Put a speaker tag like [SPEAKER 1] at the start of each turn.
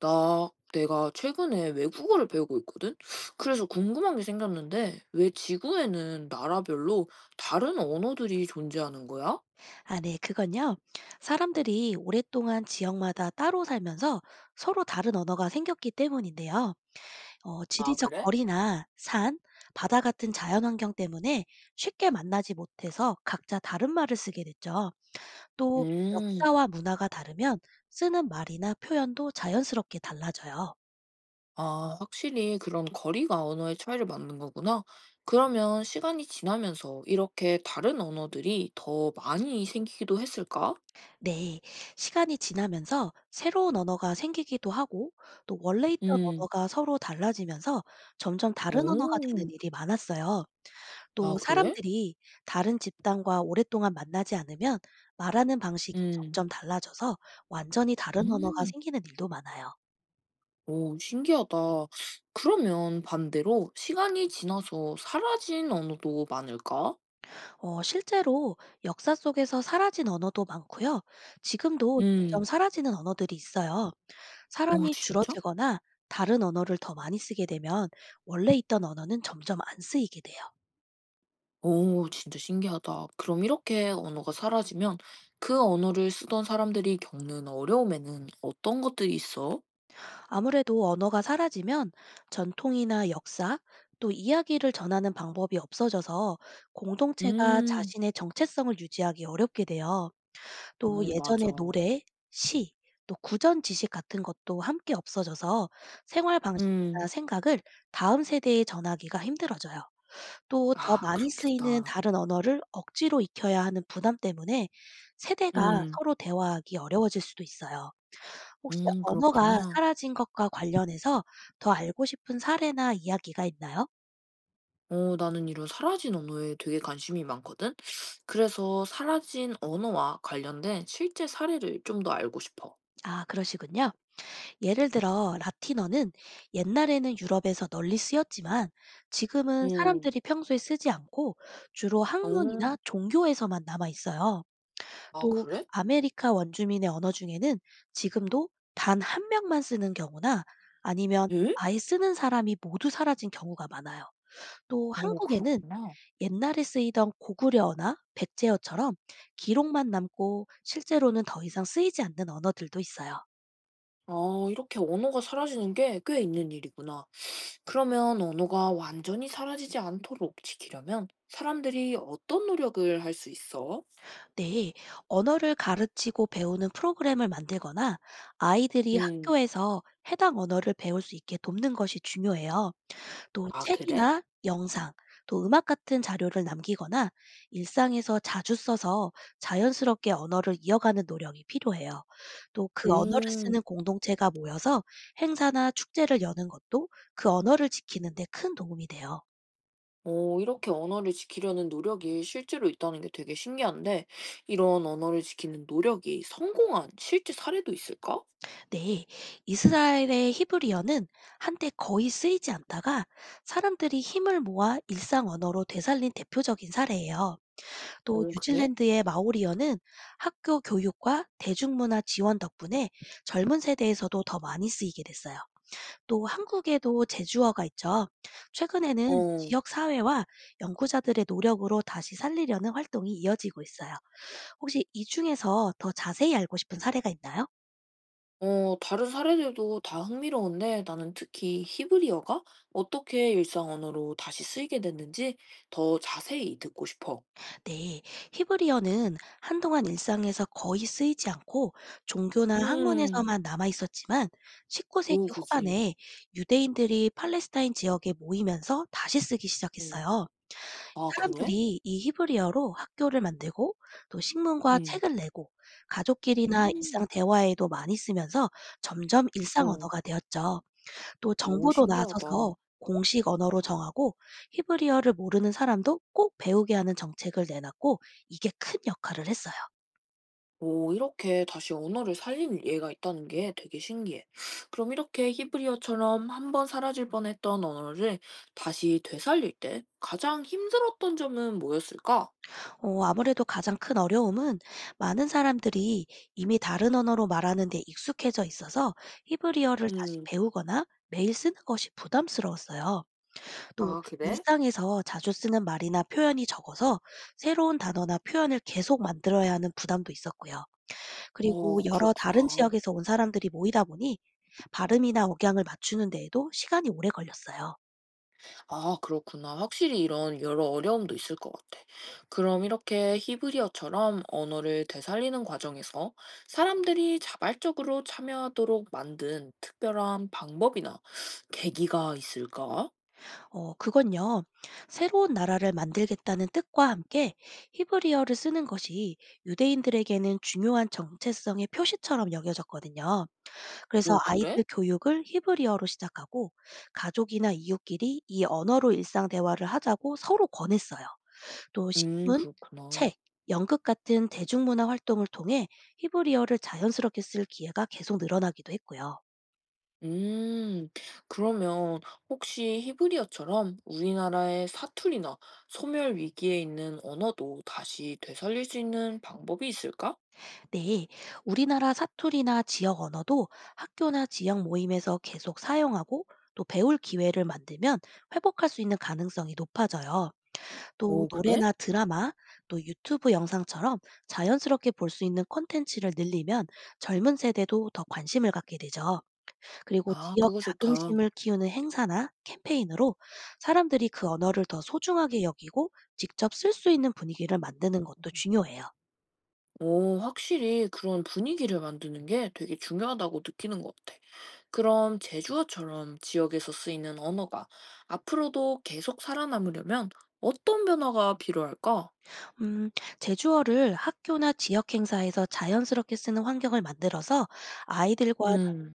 [SPEAKER 1] 내가 최근에 외국어를 배우고 있거든? 그래서 궁금한 게 생겼는데, 왜 지구에는 나라별로 다른 언어들이 존재하는 거야?
[SPEAKER 2] 아, 네, 그건요. 사람들이 오랫동안 지역마다 따로 살면서 서로 다른 언어가 생겼기 때문인데요. 어,
[SPEAKER 1] 아,
[SPEAKER 2] 지리적
[SPEAKER 1] 그래?
[SPEAKER 2] 거리나 산, 바다 같은 자연환경 때문에 쉽게 만나지 못해서 각자 다른 말을 쓰게 됐죠. 또
[SPEAKER 1] 음,
[SPEAKER 2] 역사와 문화가 다르면 쓰는 말이나 표현도 자연스럽게 달라져요.
[SPEAKER 1] 아, 확실히 그런 거리가 언어의 차이를 맞는 거구나. 그러면 시간이 지나면서 이렇게 다른 언어들이 더 많이 생기기도 했을까?
[SPEAKER 2] 네, 시간이 지나면서 새로운 언어가 생기기도 하고 또 원래 있던
[SPEAKER 1] 음,
[SPEAKER 2] 언어가 서로 달라지면서 점점 다른 언어가 되는
[SPEAKER 1] 오,
[SPEAKER 2] 일이 많았어요.
[SPEAKER 1] 아,
[SPEAKER 2] 또
[SPEAKER 1] 그래?
[SPEAKER 2] 사람들이 다른 집단과 오랫동안 만나지 않으면 말하는 방식이
[SPEAKER 1] 음,
[SPEAKER 2] 점점 달라져서 완전히 다른 언어가
[SPEAKER 1] 음.
[SPEAKER 2] 생기는 일도 많아요.
[SPEAKER 1] 오, 신기하다. 그러면 반대로 시간이 지나서 사라진 언어도 많을까?
[SPEAKER 2] 어, 실제로 역사 속에서 사라진 언어도 많고요. 지금도 점점
[SPEAKER 1] 음,
[SPEAKER 2] 사라지는 언어들이 있어요.
[SPEAKER 1] 오,
[SPEAKER 2] 사람이
[SPEAKER 1] 진짜?
[SPEAKER 2] 줄어들거나 다른 언어를 더 많이 쓰게 되면 원래 있던 언어는 점점 안 쓰이게 돼요.
[SPEAKER 1] 오, 진짜 신기하다. 그럼 이렇게 언어가 사라지면 그 언어를 쓰던 사람들이 겪는 어려움에는 어떤 것들이 있어?
[SPEAKER 2] 아무래도 언어가 사라지면 전통이나 역사, 또 이야기를 전하는 방법이 없어져서 공동체가
[SPEAKER 1] 음,
[SPEAKER 2] 자신의 정체성을 유지하기 어렵게 돼요.
[SPEAKER 1] 어,
[SPEAKER 2] 또 예전의
[SPEAKER 1] 맞아.
[SPEAKER 2] 노래, 시, 또 구전 지식 같은 것도 함께 없어져서 생활
[SPEAKER 1] 음,
[SPEAKER 2] 방식이나 생각을 다음 세대에 전하기가 힘들어져요. 또 더
[SPEAKER 1] 아,
[SPEAKER 2] 많이 쓰이는
[SPEAKER 1] 그렇겠다.
[SPEAKER 2] 다른 언어를 억지로 익혀야 하는 부담 때문에 세대가
[SPEAKER 1] 음,
[SPEAKER 2] 서로 대화하기 어려워질 수도 있어요. 혹시 언어가
[SPEAKER 1] 그렇구나.
[SPEAKER 2] 사라진 것과 관련해서 더 알고 싶은 사례나 이야기가 있나요?
[SPEAKER 1] 어, 나는 이런 사라진 언어에 되게 관심이 많거든? 그래서 사라진 언어와 관련된 실제 사례를 좀 더 알고 싶어.
[SPEAKER 2] 아, 그러시군요. 예를 들어 라틴어는 옛날에는 유럽에서 널리 쓰였지만 지금은
[SPEAKER 1] 음,
[SPEAKER 2] 사람들이 평소에 쓰지 않고 주로
[SPEAKER 1] 어,
[SPEAKER 2] 학문이나 종교에서만 남아 있어요.
[SPEAKER 1] 아,
[SPEAKER 2] 또
[SPEAKER 1] 그래?
[SPEAKER 2] 아메리카 원주민의 언어 중에는 지금도 단 한 명만 쓰는 경우나 아니면
[SPEAKER 1] 응?
[SPEAKER 2] 아예 쓰는 사람이 모두 사라진 경우가 많아요. 또
[SPEAKER 1] 오,
[SPEAKER 2] 한국에는
[SPEAKER 1] 그렇구나.
[SPEAKER 2] 옛날에 쓰이던 고구려어나 백제어처럼 기록만 남고 실제로는 더 이상 쓰이지 않는 언어들도 있어요.
[SPEAKER 1] 아, 이렇게 언어가 사라지는 게 꽤 있는 일이구나. 그러면 언어가 완전히 사라지지 않도록 지키려면 사람들이 어떤 노력을 할 수 있어?
[SPEAKER 2] 네, 언어를 가르치고 배우는 프로그램을 만들거나 아이들이
[SPEAKER 1] 음,
[SPEAKER 2] 학교에서 해당 언어를 배울 수 있게 돕는 것이 중요해요. 또
[SPEAKER 1] 아, 그래?
[SPEAKER 2] 책이나 영상, 또 음악 같은 자료를 남기거나 일상에서 자주 써서 자연스럽게 언어를 이어가는 노력이 필요해요. 또 그 언어를
[SPEAKER 1] 음.
[SPEAKER 2] 쓰는 공동체가 모여서 행사나 축제를 여는 것도 그 언어를 지키는 데 큰 도움이 돼요.
[SPEAKER 1] 오, 이렇게 언어를 지키려는 노력이 실제로 있다는 게 되게 신기한데, 이런 언어를 지키는 노력이 성공한 실제 사례도 있을까?
[SPEAKER 2] 네. 이스라엘의 히브리어는 한때 거의 쓰이지 않다가 사람들이 힘을 모아 일상 언어로 되살린 대표적인 사례예요. 또
[SPEAKER 1] 어, 그래?
[SPEAKER 2] 뉴질랜드의 마오리어는 학교 교육과 대중문화 지원 덕분에 젊은 세대에서도 더 많이 쓰이게 됐어요. 또 한국에도 제주어가 있죠. 최근에는
[SPEAKER 1] 어,
[SPEAKER 2] 지역 사회와 연구자들의 노력으로 다시 살리려는 활동이 이어지고 있어요. 혹시 이 중에서 더 자세히 알고 싶은 사례가 있나요?
[SPEAKER 1] 어, 다른 사례들도 다 흥미로운데 나는 특히 히브리어가 어떻게 일상 언어로 다시 쓰이게 됐는지 더 자세히 듣고 싶어.
[SPEAKER 2] 네, 히브리어는 한동안 일상에서 거의 쓰이지 않고 종교나
[SPEAKER 1] 음,
[SPEAKER 2] 학문에서만 남아 있었지만
[SPEAKER 1] 오,
[SPEAKER 2] 19세기
[SPEAKER 1] 그지.
[SPEAKER 2] 후반에 유대인들이 팔레스타인 지역에 모이면서 다시 쓰기
[SPEAKER 1] 음.
[SPEAKER 2] 시작했어요.
[SPEAKER 1] 아, 그래?
[SPEAKER 2] 사람들이 이 히브리어로 학교를 만들고 또 신문과
[SPEAKER 1] 음,
[SPEAKER 2] 책을 내고 가족끼리나 일상
[SPEAKER 1] 음,
[SPEAKER 2] 대화에도 많이 쓰면서 점점 일상
[SPEAKER 1] 어,
[SPEAKER 2] 언어가 되었죠. 또
[SPEAKER 1] 오,
[SPEAKER 2] 정부도
[SPEAKER 1] 신기하다.
[SPEAKER 2] 나서서 공식 언어로 정하고 히브리어를 모르는 사람도 꼭 배우게 하는 정책을 내놨고 이게 큰 역할을 했어요.
[SPEAKER 1] 오, 이렇게 다시 언어를 살린 예가 있다는 게 되게 신기해. 그럼 이렇게 히브리어처럼 한번 사라질 뻔했던 언어를 다시 되살릴 때 가장 힘들었던 점은 뭐였을까?
[SPEAKER 2] 어, 아무래도 가장 큰 어려움은 많은 사람들이 이미 다른 언어로 말하는 데 익숙해져 있어서 히브리어를 다시
[SPEAKER 1] 음,
[SPEAKER 2] 배우거나 매일 쓰는 것이 부담스러웠어요. 또
[SPEAKER 1] 아, 그래?
[SPEAKER 2] 일상에서 자주 쓰는 말이나 표현이 적어서 새로운 단어나 표현을 계속 만들어야 하는 부담도 있었고요.
[SPEAKER 1] 어,
[SPEAKER 2] 그리고 여러 다른
[SPEAKER 1] 그렇구나.
[SPEAKER 2] 지역에서 온 사람들이 모이다 보니 발음이나 억양을 맞추는 데에도 시간이 오래 걸렸어요.
[SPEAKER 1] 아, 그렇구나. 확실히 이런 여러 어려움도 있을 것 같아. 그럼 이렇게 히브리어처럼 언어를 되살리는 과정에서 사람들이 자발적으로 참여하도록 만든 특별한 방법이나 계기가 있을까?
[SPEAKER 2] 어, 그건요. 새로운 나라를 만들겠다는 뜻과 함께 히브리어를 쓰는 것이 유대인들에게는 중요한 정체성의 표시처럼 여겨졌거든요. 그래서
[SPEAKER 1] 오, 그래?
[SPEAKER 2] 아이들 교육을 히브리어로 시작하고 가족이나 이웃끼리 이 언어로 일상 대화를 하자고 서로 권했어요. 또
[SPEAKER 1] 음,
[SPEAKER 2] 신문,
[SPEAKER 1] 그렇구나.
[SPEAKER 2] 책, 연극 같은 대중문화 활동을 통해 히브리어를 자연스럽게 쓸 기회가 계속 늘어나기도 했고요.
[SPEAKER 1] 음, 그러면 혹시 히브리어처럼 우리나라의 사투리나 소멸 위기에 있는 언어도 다시 되살릴 수 있는 방법이 있을까?
[SPEAKER 2] 네, 우리나라 사투리나 지역 언어도 학교나 지역 모임에서 계속 사용하고 또 배울 기회를 만들면 회복할 수 있는 가능성이 높아져요. 또
[SPEAKER 1] 오, 그래?
[SPEAKER 2] 노래나 드라마, 또 유튜브 영상처럼 자연스럽게 볼 수 있는 콘텐츠를 늘리면 젊은 세대도 더 관심을 갖게 되죠. 그리고
[SPEAKER 1] 아,
[SPEAKER 2] 지역
[SPEAKER 1] 그거 좋다.
[SPEAKER 2] 자긍심을 키우는 행사나 캠페인으로 사람들이 그 언어를 더 소중하게 여기고 직접 쓸 수 있는 분위기를 만드는 것도 중요해요.
[SPEAKER 1] 오, 확실히 그런 분위기를 만드는 게 되게 중요하다고 느끼는 것 같아. 그럼 제주어처럼 지역에서 쓰이는 언어가 앞으로도 계속 살아남으려면 어떤 변화가 필요할까?
[SPEAKER 2] 음, 제주어를 학교나 지역 행사에서 자연스럽게 쓰는 환경을 만들어서 아이들과
[SPEAKER 1] 음.